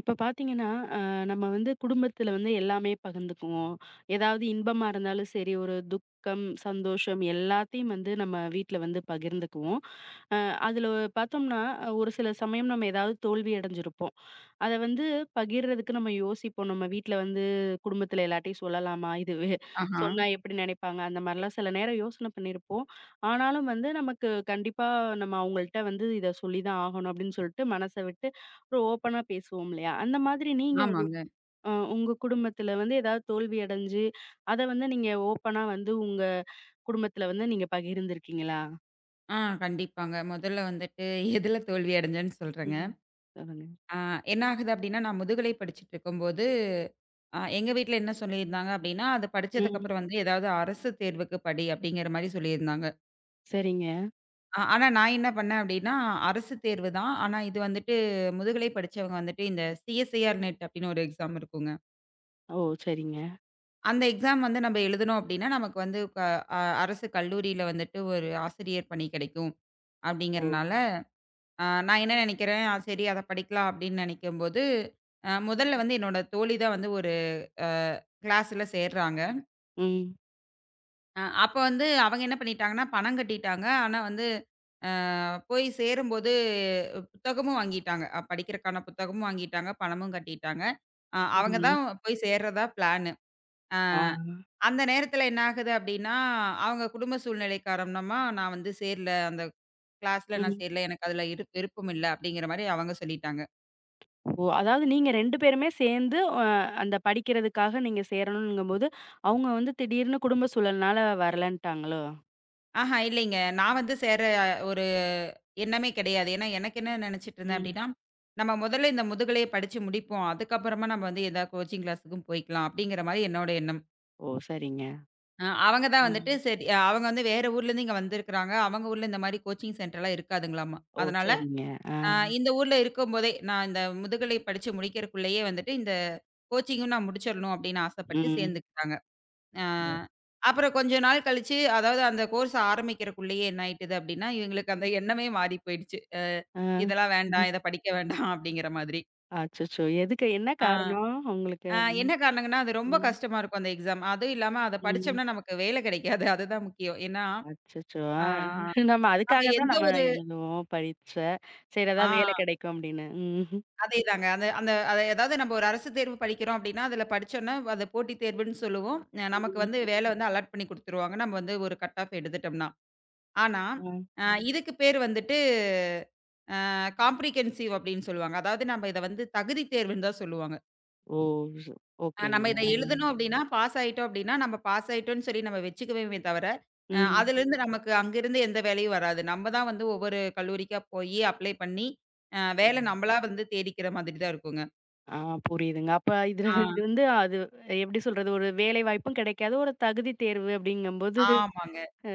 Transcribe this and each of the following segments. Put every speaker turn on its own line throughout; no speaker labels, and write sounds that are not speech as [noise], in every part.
இப்ப பாத்தீங்கன்னா, அ நம்ம வந்து குடும்பத்துல வந்து எல்லாமே பகிர்ந்துக்குவோம். ஏதாவது இன்பமா இருந்தாலும் சரி, ஒரு துக்கம், சந்தோஷம் எல்லாத்தையும் வந்து நம்ம வீட்ல வந்து பகிர்ந்துக்குவோம். அ அதுல பார்த்தோம்னா, ஒரு சில சமயம் நம்ம ஏதாவது தோல்வி அடைஞ்சிருப்போம். அத வந்து பகிர்றதுக்கு நம்ம யோசிப்போம். நம்ம வீட்ல வந்து குடும்பத்துல எல்லார்ட்டயும் சொல்லலாமா? இது வே
ஆஹா.
சொன்னா எப்படி நினைப்பாங்க? அந்த மாரிலாம் சில நேரம் யோசனை பண்ணியிருப்போம். ஆனாலும் வந்து நமக்கு கண்டிப்பா நம்ம அவங்கள்ட்ட வந்து இத சொல்லி தான் ஆகணும் அப்படின்னு சொல்லிட்டு மனச விட்டு ஒரு ஓப்பனா பேசுவோம் இல்லையா? அந்த மாதிரி நீங்க
ஆமாங்க.
உங்க குடும்பத்துல வந்து ஏதாவது தோல்வி அடைஞ்சு, அத வந்து நீங்க ஓப்பனா வந்து உங்க குடும்பத்துல வந்து நீங்க பகிர்ந்திருக்கீங்களா?
ஆ கண்டிப்பாங்க. முதல்ல வந்துட்டு எதுல தோல்வி அடைஞ்சேன்னு சொல்றேங்க.
ம். சொல்லுங்க.
ஆ என்ன ஆகுது அப்டின்னா, நான் முதுகலை படிச்சுட்டு இருக்கும்போது, எங்க வீட்ல என்ன சொல்லியிருந்தாங்க அப்டின்னா, அது
ம்.
படிச்சதுக்கப்புறம் வந்து ஏதாவது அரசு தேர்வுக்கு படி அப்டிங்கிற மாரி சொல்லியிருந்தாங்க.
சரிங்க.
ஆனா நான் என்ன பண்ணேன் அப்டின்னா, அரசு தேர்வு தான். ஆனா இது வந்துட்டு முதுகலை படிச்சவங்க வந்துட்டு இந்த சிஎஸ்ஐஆர் நெட் அப்டின்னு ஒரு எக்ஸாம் இருக்குங்க.
ஓ! சரிங்க.
அந்த எக்ஸாம் வந்து நம்ம எழுதுனோம் அப்டின்னா, நமக்கு வந்து க அ அரசு கல்லூரியில வந்துட்டு ஒரு ஆசிரியர் பணி கிடைக்கும்
ஓ!
அப்டிங்கிறனால. நான் என்ன நினைக்கிறேன், "ஆ சரி அத படிக்கலாம்" அப்படின்னு நினைக்கும்போது, முதல்ல வந்து என்னோட தோழி தான் வந்து ஒரு அ கிளாஸ்ல சேர்றாங்க.
ம்.
அப்ப வந்து அவங்க என்ன பண்ணிட்டாங்கன்னா, பணம் கட்டிட்டாங்க. ஆனா வந்து அ போய் சேரும்போது புத்தகமும் வாங்கிட்டாங்க. படிக்கிறக்கான புத்தகமும் வாங்கிட்டாங்க, பணமும் கட்டிட்டாங்க. அவங்க
சரிங்க.
தான் போய் சேர்றதா பிளானு. அ
ஆ.
அந்த நேரத்தில என்ன ஆகுது அப்படின்னா, அவங்க குடும்ப சூழ்நிலை காரணமா, "நான் வந்து சேரல, அந்த கிளாஸ்ல நான்
ம்.
சேரல. எனக்கு அதுல விருப்பம் இல்ல" அப்படிங்கிற மாரி அவங்க சொல்லிட்டாங்க.
ஓ! அதாவது நீங்க 2 பேருமே சேர்ந்து அ அந்த படிக்கிறதுக்காக நீங்க சேரணுங்கும்போது, அவங்க வந்து திடீர்னு குடும்ப சூழல்னால வரலன்ட்டாங்களோ?
ஆஹா, இல்லைங்க. நான் வந்து சேர ஒரு எண்ணமே கிடையாது. ஏன்னா, எனக்கு என்ன நினைச்சிட்டு இருந்தேன்
ம்.
அப்டின்னா, நம்ம முதல்ல இந்த முதுகலைய படிச்சு முடிப்போம். அதுக்கப்புறமா நம்ம வந்து ஏதாவது கோச்சிங் கிளாஸுக்கும் போய்க்கலாம் அப்டிங்கிற மாரி என்னோட எண்ணம்.
ஓ! சரிங்க.
அவங்க தான் வந்துட்டு
ம்.
சரி. அவங்க வந்து வேற ஊர்லேருந்து இங்க வந்திருக்கிறாங்க. அவங்க ஊர்ல இந்த மாரி கோச்சிங் சென்டர்லாம் இருக்காதுங்களாமா.
ஓ!
அதனால
சரிங்க. ஆ.
அ இந்த ஊர்ல இருக்கும்போதே நான் இந்த முதுகலை படிச்சு முடிக்கிறக்குள்ளேயே வந்துட்டு இந்த கோச்சிங்கும் நான் முடிச்சிடணும் அப்டின்னு ஆசைப்பட்டு
ம்.
சேர்ந்துக்கிட்டாங்க. ஆ.
ஓ.
அப்புறம் கொஞ்ச நாள் கழிச்சு, அதாவது அந்த கோர்ஸ் ஆரம்பிக்கிறக்குள்ளயே என்ன ஆயிட்டுது அப்டின்னா, இவங்களுக்கு அந்த எண்ணமே மாறி போயிடுச்சு.
ஆ.
இதெல்லாம் வேண்டாம், இத படிக்க வேண்டாம் அப்படிங்கிற மாதிரி.
அச்சச்சோ! எதுக்கு என்ன
ஆ.
காரணம் உங்களுக்கு? ம்,
என்ன காரணங்கன்னா, அது ரொம்ப
ம்,
கஷ்டமா இருக்கும் அந்த எக்ஸாம். அதுவும் இல்லாம அத
ம்.
படிச்சோம்னா நமக்கு வேலை கிடைக்காது. அதுதான் முக்கியம். ஏன்னா,
அச்சச்சோ! ஆ
ஆ
நம்ம
நம்ம
அதுக்காக தான்
எந்த
நம்ம
ஒரு
எழுதுவோம் பரீட்ச. சரி ஏதாவது வேலை
ஆ
கிடைக்கும் அப்படின்னு. ம்.
அதேதாங்க. அந்த அந்த அத ஏதாவது நம்ம ஒரு அரசு தேர்வு படிக்கிறோம் அப்படின்னா, அதுல படிச்சோம்னா அத போட்டித் தேர்வுன்னு சொல்லுவோம். நமக்கு
ம்.
வந்து வேலை வந்து அலாட் பண்ணி குடுத்துருவாங்க. நம்ம வந்து ஒரு கட் ஆஃப் எடுத்துட்டோம்னா. ஆனா,
ஆ.
இதுக்கு பேர் வந்துட்டு காம்ப்ரிஹென்சிவ் அப்படின்னு சொல்லுவாங்க. அதாவது நம்ம இத வந்து தகுதி தேர்வுன்னு தான் சொல்லுவாங்க.
ஓ! சு
நம்ம
ஓகேங்க.
இத
ஆ.
எழுதணும் அப்படின்னா, பாஸ் ஆயிட்டோம் அப்படின்னா, நம்ம பாஸ் ஆயிட்டோம்ன்னு சொல்லி நம்ம வச்சுக்குவோமே தவிர, அ ம்.
ம்.
அதிலிருந்து நமக்கு அங்கிருந்து எந்த வேலையும் வராது. நம்ம தான் வந்து ஒவ்வொரு கல்லூரிக்கா போயி அப்ளை பண்ணி, வேலை
ம்.
நம்மளா வந்து தேடிக்கிற மாதிரி தான் இருக்குங்க.
ஆ புரியுதுங்க. அப்ப இதுல
ஆ.
இது வந்து அது எப்படி சொல்றது? ஒரு வேலை வாய்ப்பும் கிடைக்காது. ஒரு தகுதி தேர்வு அப்படிங்கும்போது,
ஆமாங்க.
அ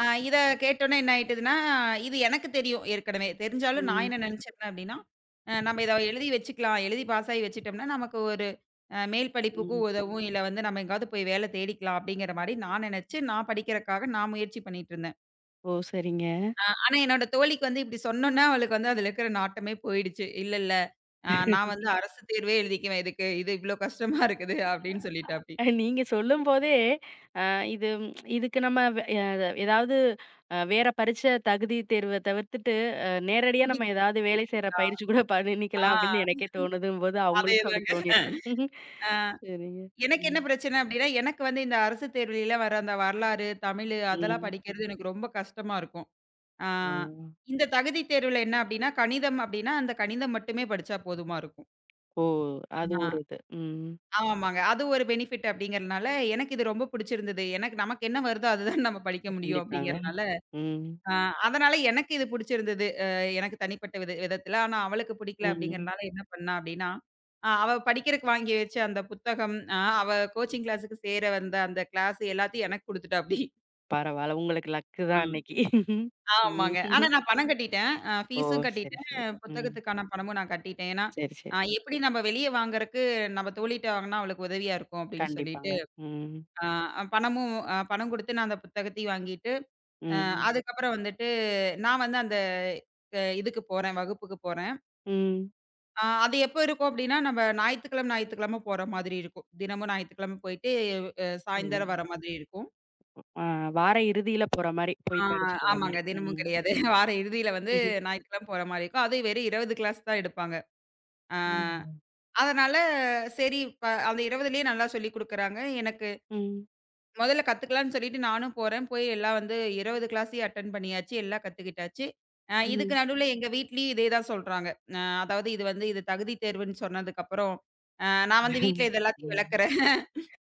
இத கேட்டோனே என்ன ஆயிட்டதுன்னா, இது எனக்கு தெரியும் ஏற்கனவே. தெரிஞ்சாலும் நான்
ம்,
என்ன நெனச்சிருந்தேன் அப்டின்னா, நம்ம இத எழுதி வச்சுக்கலாம். எழுதி பாஸ் ஆகி வச்சுட்டோம்னா, நமக்கு ஒரு மேல்
ம்.
படிப்புக்கும் உதவும். இல்ல வந்து நம்ம எங்கேயாவது போய் வேல தேடிக்கலாம் அப்டிங்கிற மாரி நான் நெனச்சு, நான் படிக்கிறக்காக நான் முயற்சி பண்ணிட்டுருந்தேன்.
ஓ! சரிங்க.
ஆ. ஆனா என்னோட தோழிக்கு வந்து இப்டி சொன்னோனே, அவளுக்கு வந்து அதுல இருக்கிற நாட்டமே போயிடுச்சு. இல்ல இல்ல, நான் வந்து அரசு தேர்வே எழுதிக்குவேன் இதுக்கு. இது இவ்ளோ கஷ்டமா இருக்குது அப்டின்னு சொல்லிட்டாப்டி.
நீங்க சொல்லும்போதே இது இதுக்கு நம்ம வே அ ஏதாவது வேற பரீட்சை தகுதி தேர்வ தவிர்த்துட்டு, நேரடியா நம்ம
கூட்டிட்டு
ஏதாவது
போய்
வேலை செய்ற
எழுதிக்கலாம்.
பயிற்சி கூட
ஆ
பண்ணிக்கலாம் அப்படின்னு எனக்கே தோணுதுங்கும்போது, அவங்களுக்கும் அப்படி
அதேதாங்க.
தோணியிருக்கும்.
ஆ. ஆ.
சரிங்க.
எனக்கு
ம்.
என்ன பிரச்சனை அப்படின்னா, எனக்கு வந்து இந்த அரசு தேர்வில வர அந்த வரலாறு, தமிழு அதெல்லாம்
ம்.
படிக்கிறது எனக்கு ரொம்ப கஷ்டமா இருக்கும். ஆ
ஆ.
இந்த தகுதி தேர்வுல என்ன அப்படின்னா, கணிதம் அப்படின்னா, அந்த கணிதம் மட்டுமே படிச்சா போதுமா இருக்கும்.
ஓ! அது
ஆ
ஒரு இது. ம்.
ஆமாங்க. அது ஒரு பெனிஃபிட் அப்படிங்கிறதுனால, எனக்கு இது ரொம்ப புடிச்சிருந்தது. எனக்கு நமக்கு என்ன வருதோ அதுதான் நம்ம படிக்க முடியும்
கண்டிப்பாங்க.
அப்படிங்கிறனால.
ம்.
ஆ அதனால எனக்கு இது பிடிச்சிருந்தது. எனக்கு தனிப்பட்ட வித விதத்தில. ஆனா அவளுக்கு பிடிக்கல
ம்.
அப்படிங்கிறனால என்ன பண்ணா அப்படின்னா, அவ படிக்கிறக்கு வாங்கி வச்ச அந்த புத்தகம், அவ கோச்சிங் கிளாஸுக்கு சேர வந்த அந்த கிளாஸ் எல்லாத்தையும் எனக்கு குடுத்துட்டாப்படி.
பரவால்ல. உங்களுக்கு லக்கு
ஆ.
தான் அன்னைக்கு. ம்.
ஆமாங்க. ஆனா நான் பணம் கட்டிட்டேன்.
ஓ!
ஃபீஸும்
சரி, சரி.
கட்டிட்டேன்.
ம்.
புத்தகத்துக்கான பணமும் நான் கட்டிட்டேன். ஏன்னா,
சரி, சரி.
எப்படி நம்ம வெளிய வாங்குறக்கு நம்ம தோழிட்ட வாங்குனா அவளுக்கு உதவியா இருக்கும் அப்படின்னு
கண்டிப்பாங்க.
சொல்லிட்டு,
ம்.
அ பணமும் அ பணம் குடுத்து நான் அந்த புத்தகத்தையும் வாங்கிட்டு அ
ம்.
அதுக்கப்புறம் வந்துட்டு, நான் வந்து அந்த இதுக்கு போறேன், வகுப்புக்கு போறேன்.
ம்.
அது எப்போ இருக்கும் அப்டின்னா, நம்ம ஞாயித்துக்கிழம, ஞாயித்துக்கிழம போற மாதிரி இருக்கும். தினமும் ஞாயித்துக்கிழம போயிட்டு,
ஓ!
சாயந்தரம் வர மாதிரி இருக்கும்.
ஆ வார இறுதியில போற மாரி,
ஆ
போய் படிச்சுட்டு வர
ஆமாங்க.
மாரி.
தினமும்
ம்.
கிடையாது. [laughs] வார இறுதியில வந்து
ம்ஹ்ம்.
ஞாயித்துக்கிழம போற மாரி இருக்கும். அதுவும் வெறும் 20 கிளாஸ் தான் எடுப்பாங்க. அ
ம்.
அதனால சரி, அந்த 20லயே நல்லா சொல்லிக் குடுக்குறாங்க. எனக்கு
ம்.
முதல்ல கத்துக்கலான்னு சொல்லிட்டு நானும் போறேன். போய் எல்லாம் வந்து 20 கிளாஸையும் அட்டெண்ட் பண்ணியாச்சு. எல்லாம் கத்துக்கிட்டாச்சு. இதுக்கு
ம்.
நடுவுல எங்க வீட்லயும் இதே தான் சொல்றாங்க. அதாவது இது வந்து இது தகுதி தேர்வுன்னு சொன்னதுக்கப்புறம், அ நான் வந்து வீட்ல இது எல்லாத்தையும்
ம்.
விளக்குறேன்.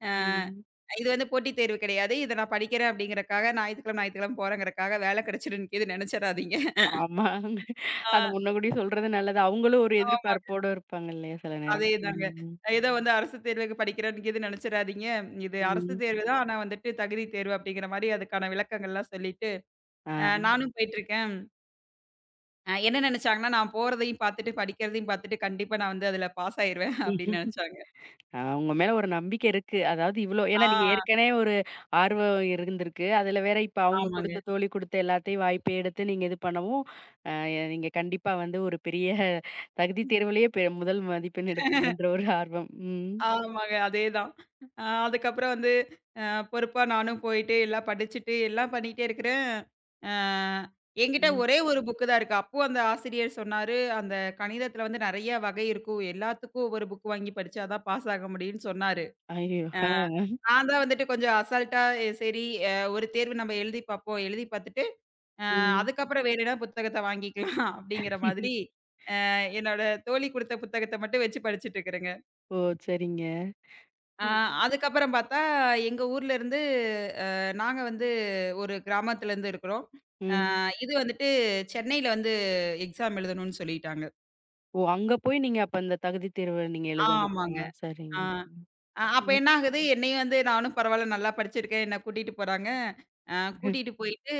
அ
ம்.
இது வந்து போட்டித் தேர்வு கிடையாது. இத நான் படிக்கிறேன் அப்படிங்கிறக்காக, ஞாயித்துக்கிழம ஞாயித்துக்கிழம போறேங்கிறக்காக வேலை கிடைச்சிடும் கீது நெனச்சிராதீங்க.
ஆமா.
ஆ
அத முன்னக்கூட்டியே சொல்றது நல்லது. அவங்களும் ஒரு
ஆமா.
எதிர்பார்ப்போட இருப்பாங்க இல்லையா? சில நேரம்.
அதேதாங்க.
ம்.
ஏதோ வந்து அரசு தேர்வுக்கு படிக்கிறேன்னு கீது நெனச்சிராதீங்க. இது அரசு
ம்.
தேர்வு தான். ஆனா வந்துட்டு தகுதி தேர்வு அப்படிங்கிற மாரி அதுக்கான விளக்கங்கள்லாம் சொல்லிட்டு,
ஆ.
நானும் போயிட்டுருக்கேன். என்ன நெனச்சாங்கன்னா, நான் போறதையும் பார்த்துட்டு, படிக்கிறதையும் பார்த்துட்டு, கண்டிப்பா நான் வந்து அதுல பாஸ் ஆயிருவேன் [laughs] அப்படின்னு நெனச்சாங்க.
உங்க மேல ஒரு நம்பிக்கை இருக்கு. அதாவது இவ்ளோ
ஆ
ஏன்னா நீங்க ஏற்கனவே ஒரு ஆர்வம் இருந்திருக்கு. அதுல வேற இப்ப அவங்க
ஆமாங்க.
குடுத்த தோழி குடுத்த எல்லாத்தையும் வாய்ப்ப எடுத்து நீங்க இது பண்ணவும், அ நீங்க கண்டிப்பா வந்து ஒரு பெரிய தகுதி தேர்விலேயே முதல் மதிப்பெண் எடுப்பீங்கன்ற ஒரு ஆர்வம். ம்.
ஆமாங்க. அதேதான். அதுக்கப்புறம் வந்து அ பொறுப்பா நானும் போயிட்டு, எல்லாம் படிச்சுட்டு, எல்லாம் பண்ணிட்டே இருக்கிறேன். அ என்கிட்ட
ம்.
ஒரே ஒரு புக்கு தான் இருக்கு. அப்போ அந்த ஆசிரியர் சொன்னாரு, "அந்த கணிதத்துல வந்து நெறைய வகை இருக்கும். எல்லாத்துக்கும் ஒரு புக் வாங்கி படிச்சா தான் பாஸ் ஆக முடியும்ன்னு" சொன்னாரு.
ஐயோ! ஆ.
நான் தான் வந்துட்டு கொஞ்சம் அசால்ட்டா, "ஏ, "சரி ஒரு தேர்வு நம்ம எழுதி பார்ப்போம்." எழுதி பார்த்துட்டு அ
ம்.
அதுக்கப்புறம் வேணும்னா புத்தகத்த வாங்கிக்கலாம் [laughs] அப்படிங்கிற மாதிரி, என்னோட தோழி குடுத்த புத்தகத்த மட்டும் வச்சு படிச்சுட்டு இருக்கிறேங்க.
ஓ! சரிங்க.
அ
ம்.
அதுக்கப்புறம் பார்த்தா, எங்க ஊர்ல இருந்து அ நாங்க வந்து ஒரு கிராமத்துல இருந்து இருக்கிறோம்.
ம்.
இது வந்துட்டு சென்னையில வந்து எக்ஸாம் எழுதணும்னு சொல்லிட்டாங்க.
ஓ! அங்க போய் நீங்க அப்ப அந்த தகுதி தேர்வ நீங்க எழுதணும்.
ஆமாங்க.
ஆ
ஆ.
சரிங்க.
அப்ப
ம்.
என்ன ஆகுது, என்னையும் வந்து நானும் பரவால்ல நல்லா படிச்சிருக்கேன். என்ன கூட்டிட்டு போறாங்க. அ கூட்டிட்டு போயிட்டு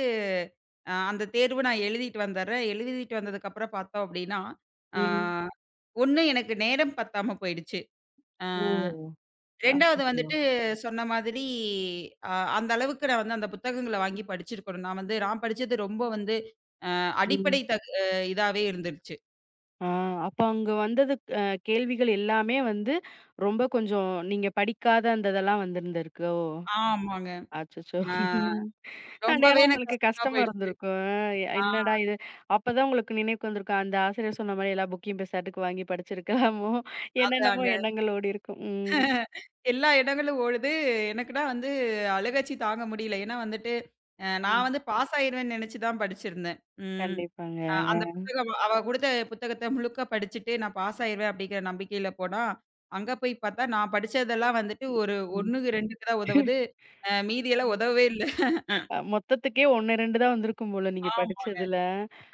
அந்த தேர்வு நான் எழுதிட்டு வந்துர்றேன். எழுதிட்டு வந்ததுக்கப்புறம் பார்த்தோம் அப்டின்னா, ஆ
ம்.
1 எனக்கு நேரம் பத்தாம போயிடுச்சு. அ
ஓ!
2வது
அச்சச்சோ!
வந்துட்டு சொன்ன மாதிரி அ அந்த அளவுக்கு நான் வந்து அந்த புத்தகங்கள வாங்கி படிச்சிருக்கணும். நான் வந்து நான் படிச்சது ரொம்ப வந்து
ம்.
அடிப்படை தக் அ இதாவே இருந்துருச்சு.
ஆ அப்ப அங்க வந்தது கேள்விகள் எல்லாமே வந்து ரொம்ப கொஞ்சம் நீங்க படிக்காத அந்த இதெல்லாம் வந்திருந்திருக்கோ!
ஆமாங்க.
அச்சச்சோ!
ஆ ரொம்பவே
அந்நேரம்
எனக்கு
உங்களுக்கு
கஷ்டமா
கஷ்டமா
போயிடுச்சு.
இருந்திருக்கும்.
ஆ
என்னடா இது! அப்பதான் உங்களுக்கு நினைவுக்கு வந்திருக்கும். அந்த ஆசிரியர் சொன்ன மாரி எல்லா புக்கையும் பெசாட்டுக்கு வாங்கி படிச்சிருக்கலாமோ! [laughs] என்னென்னமோ
அதாங்க.
எண்ணங்கள் ஓடியிருக்கும். ம்.
எல்லா இடங்களும் ஓடுது. எனக்குன்னா வந்து அழுகச்சி தாங்க முடியல. ஏன்னா வந்துட்டு, நான்
ம்.
வந்து பாஸ் ஆயிருவேன்னு நெனச்சு தான் படிச்சிருந்தேன். ம். அ அந்த
கண்டிப்பாங்க.
புத்தகம் அவ குடுத்த புத்தகத்த முழுக்க படிச்சுட்டு நான் பாஸ் ஆயிருவேன் அப்டிங்கிற நம்பிக்கையில போனா, அங்க போய் பாத்தா நான் படிச்சதெல்லாம் வந்துட்டு ஒரு
ம்.
1க்கு 2க்கு தான் உதவுது. மீதியெல்லாம்
ம்.
உதவவே இல்ல.
மொத்தத்துக்கே 1, 2 தான் வந்திருக்கும் போல நீங்க
ஆமா.
படிச்சதுல.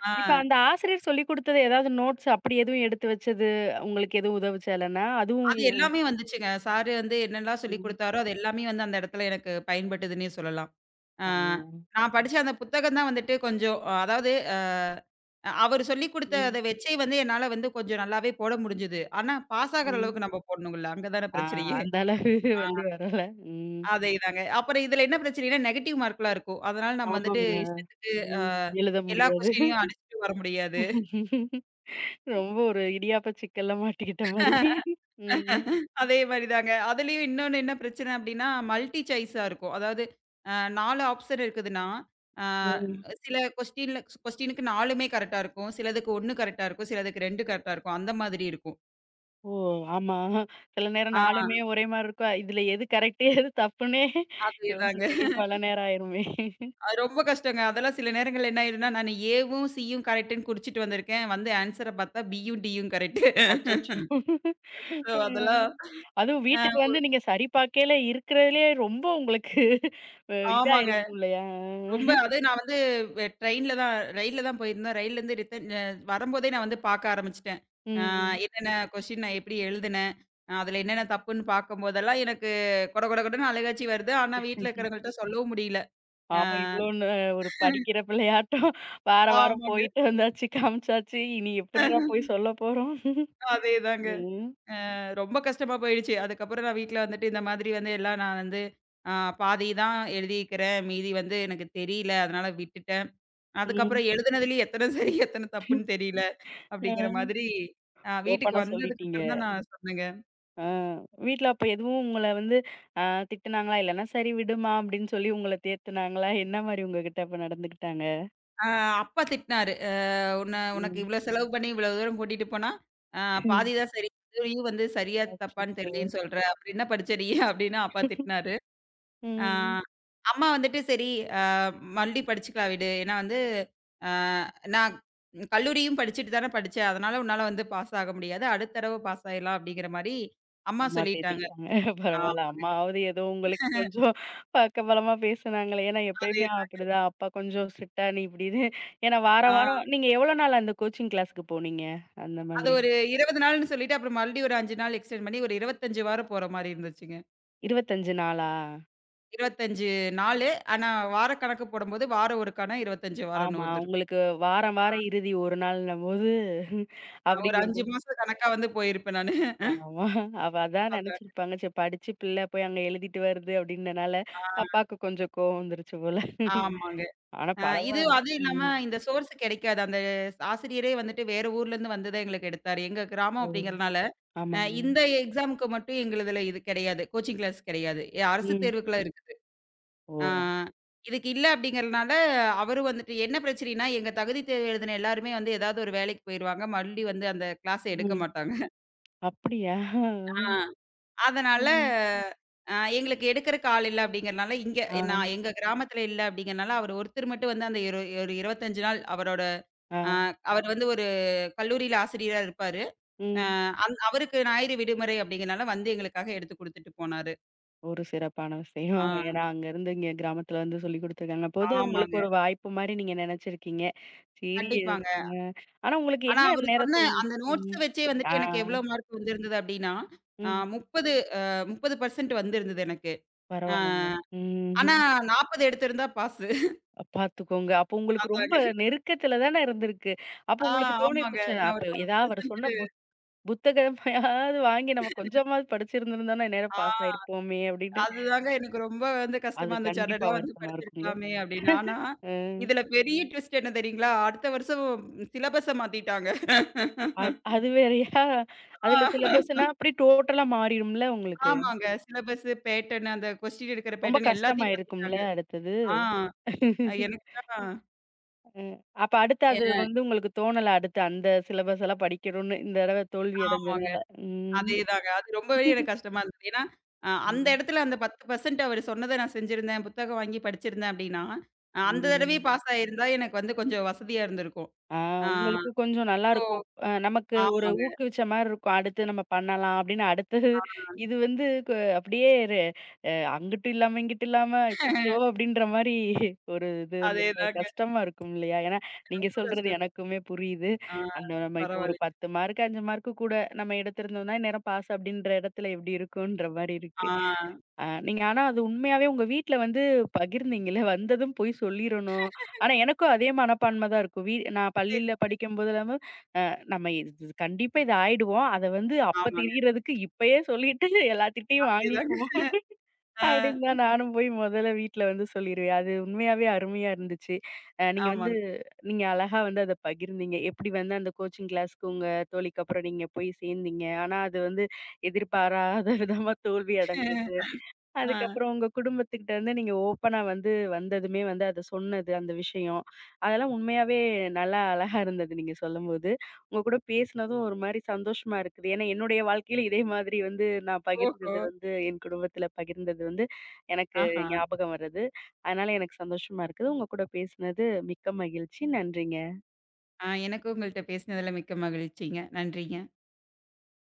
ஆ
இப்ப அந்த ஆசிரியர் சொல்லிக் குடுத்தது ஏதாவது நோட்ஸ் அப்படி எதுவும் எடுத்து வச்சது, உங்களுக்கு எதுவும் உதவுச்சாலனா? அதுவும்
அது எல்லாமே வந்துச்சுங்க. சாரு வந்து என்னெல்லாம் சொல்லிக்
ம்.
குடுத்தாரோ, அது எல்லாமே வந்து அந்த இடத்துல எனக்கு பயன்பட்டுதுன்னே சொல்லலாம். ஆ,
ஆமா.
நான் படிச்ச அந்த புத்தகம் தான் வந்துட்டு கொஞ்சம் அதாவது அவரு சொல்லிக் குடுத்த
ம்.
அத வச்சே வந்து என்னால வந்து கொஞ்சம் நல்லாவே போட முடிஞ்சது. ஆனா, பாஸ் ஆகுற
ம்.
அளவுக்கு நம்ம போடணுங்கல்ல. அங்க தான
ஆ
பிரச்சனையே. [laughs]
அந்த அளவு வந்து வரல. ம்.
அதேதாங்க. அப்புறம் இதுல என்ன பிரச்சனைன்னா, நெகட்டிவ் மார்க்லாம் இருக்கும். அதனால நம்ம வந்துட்டு
ஆமாங்க.
இஷ்டத்துக்கு அ
ம். எழுத
எல்லா
முடியாது.
கொஸ்டினையும் அடிச்சுட்டு வர முடியாது.
ரொம்ப ஒரு இடியாப்ப சிக்கல்ல மாட்டிக்கிட்ட மாரி. ம்.
அதே மாரி தாங்க. அதுலயும் இன்னொன்னு என்ன பிரச்சனை அப்டின்னா, மல்டி சாய்ஸா இருக்கும். அதாவது அ 4 ஆப்ஷன் இருக்குதுன்னா, அ
ம்.
சில கொஸ்டின்ல கொஸ்டினுக்கு 4மே கரெக்ட்டா இருக்கும். சிலதுக்கு 1 கரெக்ட்டா இருக்கும். சிலதுக்கு 2 கரெக்ட்டா இருக்கும். அந்த மாதிரி இருக்கும்.
ஓ! ஆமா. சில நேரம்
ஆ
4மே ஒரே மாரி இருக்கும். இதுல எது கரெக்ட்டு எது தப்புன்னே
அதேதாங்க.
யோசிக்கவே பல நேரம் ஆயிருமே!
அது ரொம்ப கஷ்டங்க. அதெல்லாம் சில நேரங்கள்ல என்ன ஆயிடும்னா, நானு ஏவும், சியும் கரெக்ட்டுன்னு குறிச்சுட்டு வந்திருக்கேன். வந்து ஆன்ஸர பார்த்தா பியும், டியும் கரெக்ட்டு.
அச்சச்சோ!
ஸோ [laughs] அதெல்லாம்
அதுவும்
அ
வீட்டுக்கு வந்து நீங்க சரி பார்க்கையில இருக்கிறதுலயே ரொம்ப உங்களுக்கு இதா
ஆமாங்க.
இருக்கும் இல்லயா?
ரொம்ப அதுவும் நான் வந்து ட்ரெயின்ல தான் ரயில்ல தான் போயிருந்தேன். ரயில்லருந்து ரிட்டர்ன் வரும்போதே நான் வந்து பார்க்க ஆரம்பிச்சுட்டேன். அ
ம், ம்.
என்னென்ன கொஸ்டின் நான் எப்படி எழுதுனேன்? அதுல என்னென்ன தப்புன்னு பார்க்கும்போதெல்லாம் எனக்கு கொட கொட கொடன்னு அழுகாச்சி வருது. ஆனா வீட்ல இருக்கிறவங்கள்ட்ட சொல்லவும் முடியல. அ
ஆமா இவ்ளோன்னு ஒரு படிக்கிற பிள்ளையாட்டம் வார வாரம்
ஆமாங்க.
போயிட்டு வந்தாச்சு, காமிச்சாச்சு. இனி எப்புட்றா
[laughs]
போய் சொல்லப் போறோம்?
அதேதாங்க.
ம்,
ரொம்ப கஷ்டமா போயிடுச்சு. அதுக்கப்புறம் நான் வீட்ல வந்துட்டு இந்த மாதிரி வந்து எல்லாம் நான் வந்து அ பாதி தான் எழுதியிருக்கிறேன். மீதி வந்து எனக்கு தெரியல. அதனால விட்டுட்டேன்.
ம்.
அதுக்கப்புறம் எழுதுனதுலயும் எத்தன சரி எத்தன தப்புன்னு தெரியல. அப்படிங்கிற
அ
மாதிரி வீட்டுக்கு
ஓப்பனா சொல்லிட்டீங்க.
வந்ததுக்கப்புறம் தான் நான் சொன்னேங்க.
ஆ வீட்ல அப்ப எதுவும் உங்கள வந்து அ திட்டுனாங்களா? இல்லன்னா சரி விடுமா அப்படின்னு சொல்லி உங்கள தேத்துனாங்களா? என்ன மாரி உங்ககிட்ட அப்ப நடந்துக்கிட்டாங்க?
அ அப்பா திட்டினாரு. உனக்கு
ம்.
இவ்ளோ செலவு பண்ணி இவ்ளோ தூரம் கூட்டிட்டு போனா, அ
ம்.
பாதி தான் சரி. இதுலயும் வந்து சரியா தப்பான்னு
அச்சச்சோ!
தெரியலன்னு சொல்ற. அப்புறம் என்ன படிச்ச நீ?" அப்படின்னு அப்பா திட்டினாரு. அ
ம்.
அம்மா வந்துட்டு சரி அ மறுபடியும் படிச்சுக்கலாம் விடு. ஏன்னா வந்து அ நான் கல்லூரியும் படிச்சுட்டு தானே படிச்சேன். அதனால உன்னால வந்து பாஸ் ஆக முடியாது. அடுத்த தடவ பாஸ் ஆயிடலாம் அப்படிங்கிற மாரி அம்மா
அம்மா
சொல்லிட்டாங்க.
தேத்திக்கிட்டாங்க.
ஆ
பரவால்ல. அம்மாவாவது ஏதோ உங்களுக்கு கொஞ்சம் பக்கபலமா பேசுனாங்களே. ஏன்னா எப்பயுமே
அதேதான்.
அப்படிதான். அப்பா கொஞ்சம் ஸ்ட்ரிக்ட்டா நீ இப்படின்னு ஏன்னா
ஆ.
வாரம் வாரம் நீங்க எவ்வளோ நாள் அந்த கோச்சிங் கிளாஸ்க்கு போனீங்க? அந்த
அது
மாதிரி.
ஒரு 20 நாள்ன்னு சொல்லிட்டு, அப்புறம் மறுபடியும் ஒரு 5 நாள் எக்ஸ்டெண்ட் பண்ணி, ஒரு 25 வாரம் போற மாரி இருந்துச்சுங்க.
25 நாளா?
25 நாளு. ஆனா வார கணக்கு போடும்போது, வாரம் ஒருக்கான 25 வாரம்ன்னு
ஆமா.
வந்திருக்கும்.
உங்களுக்கு வாரம், வாரம் இறுதி ஒரு நாள்ன்னும்போது
ஒரு
அப்படிங்கபோ
5 மாசம் கணக்கா வந்து போயிருப்பேன் நானு. [laughs]
ஆமா. அவ அதான்
அதான்.
நெனச்சிருப்பாங்க. சரி படிச்சு பிள்ள போய் அங்க எழுதிட்டு வருது அப்படின்னனால,
ஆ
பாப்பாக்கு கொஞ்சம் கோவம் வந்துருச்சு போல.
ஆமாங்க.
ஆனா
அ இது
பரவால்ல.
அதுவும் இல்லாம
ம்.
இந்த சோர்ஸ் கெடைக்காது. அந்த ஆசிரியரே வந்துட்டு வேற ஊர்லேருந்து வந்து தான் எங்களுக்கு எடுத்தாரு. எங்க கிராமம்
ஓ!
அப்படிங்கிறனால,
ஆமாங்க.
இந்த எக்ஸாமுக்கு மட்டும் எங்களுதுல இது கெடையாது. கோச்சிங் கிளாஸ் கெடையாது. அரசு
ம்.
தேர்வுக்குலாம் இருக்குது. ஆ.
ஓ!
இதுக்கு இல்ல அப்படிங்கிறனால, அவரு வந்துட்டு என்ன பிரச்சனைன்னா, எங்க தகுதி தேர்வு எழுதின எல்லாருமே வந்து ஏதாவது ஒரு வேலைக்கு போயிருவாங்க. மறுபடி வந்து அந்த கிளாஸ எடுக்க
ம்.
மாட்டாங்க.
அப்படியா?
ஆ அதனால
ம்.
எங்களுக்கு எடுக்கறக்கு ஆள் இல்ல அப்படிங்கிறனால, இங்க
ஆ.
நான் எங்க கிராமத்துல இல்ல அப்படிங்கிறனால, அவர் ஒருத்தர் மட்டும் வந்து அந்த ஒரு 25 நாள் அவரோட
ஆ.
அ அவர் வந்து ஒரு கல்லூரியில ஆசிரியரா இருப்பாரு. அ
ம்.
அந் அவருக்கு ஞாயிறு விடுமுறை அப்படிங்கிறனால வந்து எங்களுக்காக எடுத்து குடுத்துட்டு போனாரு.
ஒரு சிறப்பான
ஆ
விஷயம். ஏன்னா அங்கருந்து இங்க கிராமத்துல வந்து சொல்லிக் குடுத்துருக்காங்க. அப்போது
ஆமாங்க.
உங்களுக்கு ஒரு வாய்ப்பு மாரி நீங்க நெனச்சிருக்கீங்க. சரி
கண்டிப்பாங்க.
ஆனா உங்களுக்கு
ஆனா
என்ன
அவரு
நேரம்
சொன்ன
தோணு
அந்த நோட்ஸ
ம்.
வச்சே
ஆ.
வந்துட்டு எனக்கு எவ்ளோ மார்க் வந்திருந்தது அப்டின்னா, அ
ம்.
30 அ 30% வந்திருந்தது எனக்கு. அ
பரவால்லங்க.
ஆனா
ம்.
40 எடுத்திருந்தா பாஸு.
பாத்துக்கோங்க. அப்போ உங்களுக்கு ரொம்ப
அதாங்க.
நெருக்கத்துல தானே இருந்திருக்கு. அப்போ
ஆ
உங்களுக்கு
ஆமாங்க.
தோணியிருக்கும், ச்சே
நான் ஒரு
அப்ப ஏதாவது அவரு சொன்ன
10%
புத்தகமையாவது வாங்கி நம்ம கொஞ்சமாவது படிச்சிருந்திருந்தோம்னா, இந்நேரம் பாஸ்
ஆ
ஆயிருப்போமே! அப்டின்னு.
அதுதாங்க எனக்கு ரொம்ப வந்து
அது
கஷ்டமா இருந்துச்சு.
கண்டிப்பா
அடடா! வந்து
வருத்தமா இருக்குங்க.
படிச்சிருக்கலாமே அப்டின்னு. ஆனா,
அ.
இதுல பெரிய ட்விஸ்ட் என்ன தெரியுங்களா? அடுத்த வருஷம் சிலபஸ மாத்திட்டாங்க.
அது வேறையா?
ஆ
அதுல சிலபஸ்ன்னா அப்டியே டோட்டலா மாறிரும்ல உங்களுக்கு?
ஆமாங்க. சிலபஸு, பேட்டர்ன் அந்த கொஸ்டின் எடுக்கிற
ரொம்ப
பேட்டர்ன் எல்லாத்தையும்
கஷ்டமாயிருக்கும்ல
மாத்திட்டாங்க.
அடுத்தது?
ஆ எனக்குதான்
ம். அப்ப அடுத்து
எ
அது வந்து உங்களுக்கு தோணல அடுத்து அந்த சிலபஸ் எல்லாம் படிக்கணும்னு இந்த தடவ தோல்வி
ஆமாங்க.
அடைஞ்சனால. ம்.
அதேதாங்க. அது ரொம்பவே எனக்கு கஷ்டமா இருந்தது. ஏன்னா, அந்த
ம்.
இடத்துல அந்த 10% அவரு சொன்னத நான் செஞ்சிருந்தேன், புத்தகம் வாங்கி படிச்சிருந்தேன் அப்படின்னா, அந்த தடவையே
ம்.
பாஸ் ஆயிருந்தா எனக்கு வந்து கொஞ்சம் வசதியா இருந்திருக்கும்.
ஆ
ஆ
உங்களுக்கும் கொஞ்சம்
இப்போ
நல்லாருக்கும். நமக்கு ஒரு
ஆமாங்க.
ஊக்குவிச்ச மாரி இருக்கும். அடுத்து நம்ம பண்ணலாம் அப்படின்னு அடுத்தது
ஆ
இது வந்து அப்படியே ரெ அ அங்கிட்டும் இல்லாம, இங்கிட்டும் இல்லாம அச்சச்சோ! அப்படின்ற மாரி ஒரு இது வந்து
அதேதாங்க.
கஷ்டமா இருக்கும் இல்லையா? ஏன்னா, நீங்க
ரொம்ப
சொல்றது
கஷ்டங்க.
எனக்குமே புரியுது.
ஆ
அந்த நம்ம இப்போ ஒரு
பரவாயில்லை.
10 மார்க், 5 மார்க்கு கூட நம்ம எடுத்திருந்தோம்னா, இந்நேரம் பாஸ் அப்படின்ற இடத்துல எப்படி இருக்குன்ற மாரி இருக்கு.
ஆ
ஆ நீங்க ஆனா அது உண்மையாவே உங்க வீட்ல வந்து பகிர்ந்தீங்கல்ல, வந்ததும் போய் சொல்லிரணும். ஆனா எனக்கும் அதே மனப்பான்மை தான் இருக்கும். நான்
சரி.
பள்ளியில படிக்கும்போதெல்லாம் அ நம்ம இது இது கண்டிப்பா இது ஆயிடுவோம். அத வந்து அப்ப
ஆமாங்க.
தெரியறதுக்கு இப்பயே சொல்லிட்டு எல்லாத்துட்டயும்
அதேதாங்க.
வாங்கிக்குவோம். [laughs]
ஆ
அப்படின்னு தான் நானும் போய் முதல்ல வீட்ல வந்து சொல்லிருவேன். அது உண்மையாவே அருமையா இருந்துச்சு. நீங்க வந்து
ஆமாங்க.
நீங்க அழகா வந்து அத பகிர்ந்தீங்க. எப்படி வந்து அந்த கோச்சிங் கிளாஸ்க்கு உங்க தோழிக்கு அப்புறம் நீங்க போய் சேர்ந்தீங்க. ஆனா அது வந்து எதிர்பாராத விதமா தோல்வி அடைஞ்சது.
ஆ
அதுக்கப்புறம் உங்க குடும்பத்துக்கிட்ட இருந்து நீங்க ஓப்பனா வந்து வந்ததுமே வந்து அத சொன்னது, அந்த விஷயம். அதெல்லாம் உண்மையாவே நல்லா அழகா இருந்தது நீங்க சொல்லும்போது. உங்க கூட பேசினதும் ஒரு மாரி சந்தோஷமா இருக்குது. ஏன்னா என்னுடைய வாழ்க்கையில இதே மாதிரி வந்து நான்
ஓஹோ!
பகிர்ந்தது வந்து என் குடும்பத்தில பகிர்ந்தது வந்து எனக்கு
ஆஹா!
ஞாபகம் வருது. அதனால எனக்கு சந்தோஷமா இருக்குது. உங்க கூட பேசினது மிக்க மகிழ்ச்சி. நன்றிங்க.
எனக்கும் உங்கள்ட்ட பேசினதுல மிக்க மகிழ்ச்சிங்க. நன்றிங்க.